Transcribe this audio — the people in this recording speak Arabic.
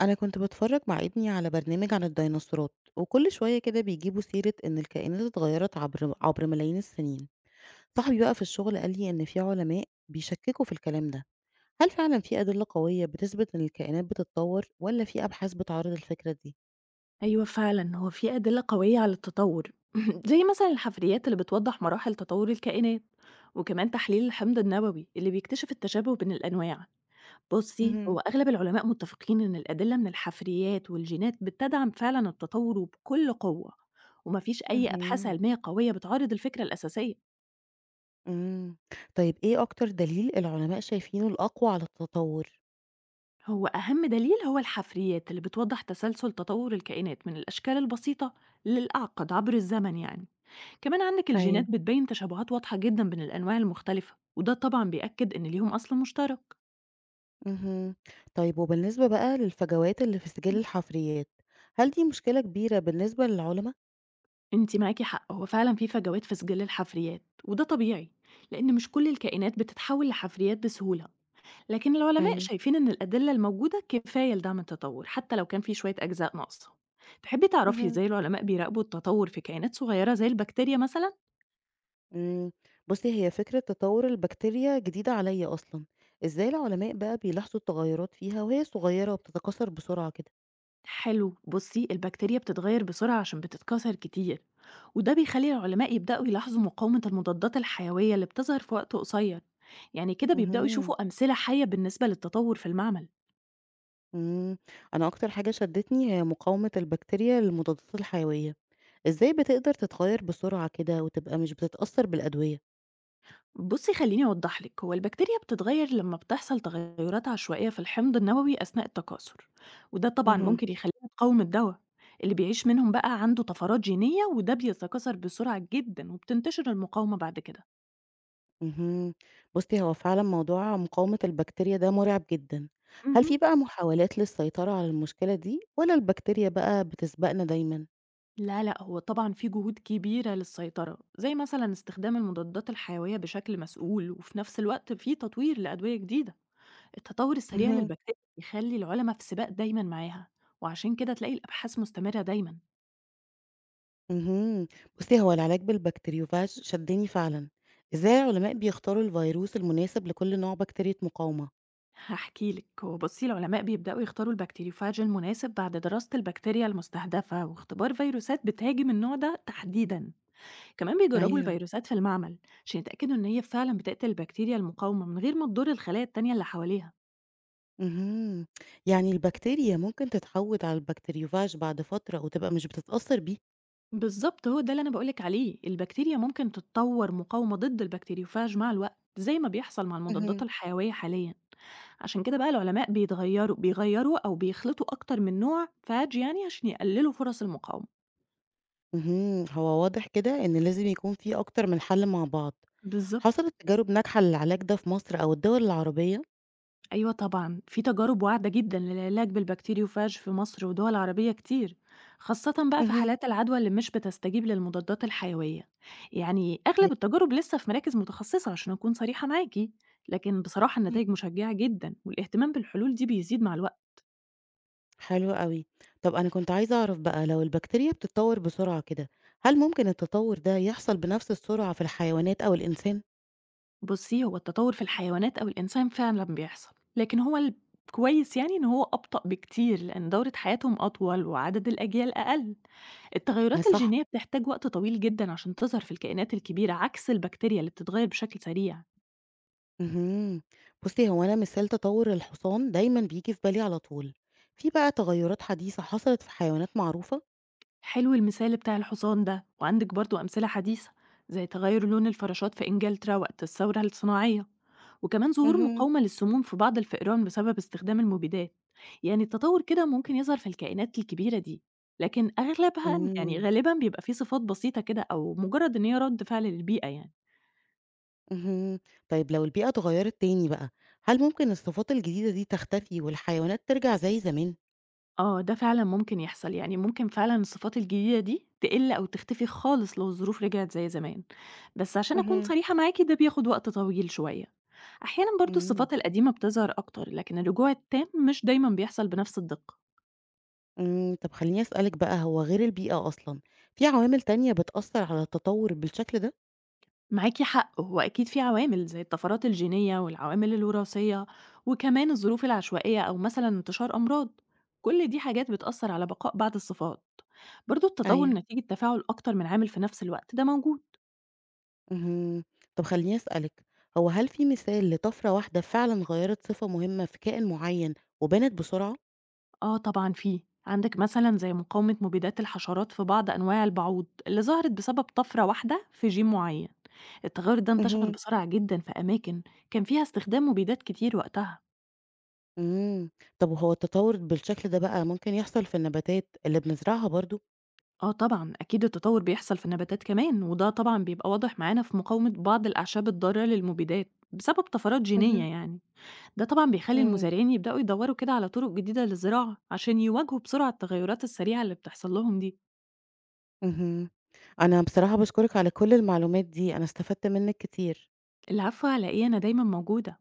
أنا كنت بتفرج مع ابني على برنامج عن الديناصورات وكل شوية كده بيجيبوا سيرة إن الكائنات اتغيرت عبر ملايين السنين. صاحبي بقى في الشغل قال لي إن في علماء بيشككوا في الكلام ده. هل فعلا في أدلة قوية بتثبت إن الكائنات بتتطور ولا في أبحاث بتعارض الفكرة دي؟ أيوه فعلًا، هو في أدلة قوية على التطور، زي مثلًا الحفريات اللي بتوضح مراحل تطور الكائنات، وكمان تحليل الحمض النووي اللي بيكتشف التشابه بين الأنواع. بُصي، مهم. هو أغلب العلماء متفقين إن الأدلة من الحفريات والجينات بتدعم فعلًا التطور وبكل قوة، وما فيش أي أبحاث مهم. علمية قوية بتعارض الفكرة الأساسية. مم. طيب إيه أكتر دليل العلماء شايفينه الأقوى على التطور؟ هو أهم دليل هو الحفريات اللي بتوضح تسلسل تطور الكائنات من الأشكال البسيطة للأعقد عبر الزمن يعني. كمان عندك الجينات أيوة. بتبين تشابهات واضحة جدا بين الأنواع المختلفة وده طبعا بيأكد إن ليهم أصل مشترك. مهم. طيب وبالنسبة بقى للفجوات اللي في سجل الحفريات، هل دي مشكلة كبيرة بالنسبة للعلماء؟ انت معاكي حق، هو فعلا في فجوات في سجل الحفريات وده طبيعي لأن مش كل الكائنات بتتحول لحفريات بسهولة، لكن العلماء أيوة. شايفين إن الأدلة الموجودة كفاية لدعم التطور حتى لو كان في شوية أجزاء ناقصة. تحبي تعرفي اهم. ازاي العلماء بيراقبوا التطور في كائنات صغيرة زي البكتيريا مثلا؟ إمم. بُصّي، هي فكرة تطوُّر البكتيريا جديدة عليّا أصلًا. إزاي العلماء بقى بيلاحظوا التغيُّرات فيها وهي صغيرة وبتتكاثر بسرعة كده؟ حلو، بصي البكتيريا بتتغير بسرعة عشان بتتكاثر كتير، وده بيخلي العلماء يبدأوا يلاحظوا مقاومة المضادات الحيوية اللي بتظهر في وقت قصير. يعني كده بيبدأوا اهم. يشوفوا أمثلة حية بالنسبة للتطور في المعمل. إمم. أنا أكتر حاجة شدّتني هي مقاومة البكتيريا للمضادات الحيوية. إزاي بتقدر تتغيّر بسرعة كده وتبقى مش بتتأثّر بالأدوية؟ بصي خليني أوضح لك، هو البكتيريا بتتغير لما بتحصل تغيرات عشوائية في الحمض النووي أثناء التكاثر، وده طبعا اهم. ممكن يخليها تقاوم الدواء. اللي بيعيش منهم بقى عنده طفرات جينية وده بيتكاثر بسرعة جدا وبتنتشر المقاومة بعد كده. اهم. بُصّي، هو فعلًا موضوع مقاومة البكتيريا ده مُرعب جدًا. هل مهم. في بقى محاولات للسيطرة على المشكلة دي والّا البكتيريا بقى بتسبقنا دايمًا؟ لا لأ، هو طبعًا في جهود كبيرة للسيطرة، زي مثلًا استخدام المضادات الحيوية بشكل مسؤول، وفي نفس الوقت في تطوير لأدوية جديدة. التطور السريع للبكتيريا بيخلي العلماء في سباق دايمًا معاها، وعشان كده تلاقي الأبحاث مستمرة دايمًا. اهم. بُصّي، هو العلاج بالبكتيريوفاج شدّني فعلًا. إزاي العلماء بيختاروا الفيروس المناسب لكل نوع بكتيريا مقاومة؟ هاحكي لِك، هو بُصّي العلماء بيبدأوا يختاروا البكتيريوفاج المناسب بعد دراسة البكتيريا المستهدفة واختبار فيروسات بتهاجم النوع ده تحديدًا. كمان بيجربوا أيوه. الفيروسات في المعمل عشان يتأكدوا إن هي فعلًا بتقتل البكتيريا المقاومة من غير ما تضر الخلايا التانية اللي حواليها. اهم. يعني البكتيريا ممكن تتعوّد على البكتيريوفاج بعد فترة وتبقى مش بتتأثّر بيه. بالظبط، هو ده اللي أنا باقول لِك عليه، البكتيريا ممكن تتطور مقاومة ضد البكتيريوفاج مع الوقت، زي ما بيحصل مع المضادات اهم. الحيوية حاليًا، عشان كده بقى العلماء بيغيروا أو بيخلطوا أكتر من نوع فاج يعني عشان يقللوا فرص المقاومة. اهم. هو واضح كده إن لازم يكون في أكتر من حَل مع بعض. بالضبط. حصلت تجارب ناجحة للعلاج ده في مصر أو الدول العربية؟ أيوة طبعًا، في تجارب واعدة جدًا للعلاج بالبكتيريوفاج في مصر ودول عربية كتير، خاصة بقى في اهم. حالات العدوى اللي مش بتستجيب للمضادات الحيوية. يعني أغلب التجارب لسه في مراكز متخصصة عشان أكون صريحة معاكِ، لكن بصراحة أي. النتايج مشجعة جدًا، والاهتمام بالحلول دي بيزيد مع الوقت. حلو أوي. طب أنا كنت عايزة أعرف بقى لو البكتيريا بتتطور بسرعة كده، هل ممكن التطور ده يحصل بنفس السرعة في الحيوانات أو الإنسان؟ بُصّي، هو التطور في الحيوانات أو الإنسان فعلًا بيحصل، لكن هو الكويس يعني إن هو أبطأ بكتير لأن دورة حياتهم أطول وعدد الأجيال أقل. آه التغيرات صح. الجينية بتحتاج وقت طويل جدًا عشان تظهر في الكائنات الكبيرة، عكس البكتيريا اللي بتتغير بشكل سريع. اهم. بُصّي، هو أنا مثال تطور الحصان دايمًا بييجي في بالي على طول. في بقى تغيرات حديثة حصلت في حيوانات معروفة؟ حلو المثال بتاع الحصان ده، وعندِك برضه أمثلة حديثة زي تغير لون الفراشات في إنجلترا وقت الثورة الصناعية، وكمان ظهور اهم. مقاومة للسموم في بعض الفئران بسبب استخدام المبيدات. يعني التطور كده ممكن يظهر في الكائنات الكبيرة دي، لكن أغلبها يعني إمم. غالبًا بيبقى فيه صفات بسيطة كده أو مجرد إن هي رد فعل للبيئة يعني. اهم. طيب لو البيئة اتغيرت تاني بقى، هل ممكن الصفات الجديدة دي تختفي والحيوانات ترجع زي زمان؟ آه، ده فعلًا ممكن يحصل، يعني ممكن فعلًا الصفات الجديدة دي تقِل أو تختفي خالص لو الظروف رجعت زي زمان، بس عشان أكون اهم. صريحة معاكِ ده بياخد وقت طويل شوية. أحيانًا برضه إمم. الصفات القديمة بتظهر أكتر، لكن الرجوع التام مش دايمًا بيحصل بنفس الدقة. إمم، طب خلّيني أسألِك بقى، هو غير البيئة أصلًا، في عوامل تانية بتأثّر على التطوّر بالشكل ده؟ معاكِ حق، هو أكيد في عوامل زي الطفرات الجينية والعوامل الوراثية، وكمان الظروف العشوائية أو مثلًا انتشار أمراض، كل دي حاجات بتأثر على بقاء بعض الصفات. برضه التطور أيوه. نتيجة تفاعل أكتر من عامل في نفس الوقت ده موجود. اهم، طب خلّيني أسألِك، هو هل في مثال لطفرة واحدة فعلًا غيّرت صفة مهمة في كائن معيّن وبانت بسرعة؟ آه طبعًا في، عندك مثلًا زي مقاومة مبيدات الحشرات في بعض أنواع البعوض اللي ظهرت بسبب طفرة واحدة في جين معين، التغير ده انتشر اهم. بسرعة جدًا في أماكن كان فيها استخدام مبيدات كتير وقتها. إمم، طب وهو التطوّر بالشكل ده بقى ممكن يحصل في النباتات اللي بنزرعها برضه؟ آه طبعًا أكيد التطور بيحصل في النباتات كمان، وده طبعًا بيبقى واضح معانا في مقاومة بعض الأعشاب الضارة للمبيدات بسبب طفرات جينية اهم، يعني، ده طبعًا بيخلي إمم. المزارعين يبدأوا يدوروا كده على طرق جديدة للزراعة عشان يواجهوا بسرعة التغيرات السريعة اللي بتحصل لهم دي. اهم، أنا بصراحة باشكرِك على كل المعلومات دي، أنا استفدت منِّك كتير. العفو على إيه، أنا دايمًا موجودة.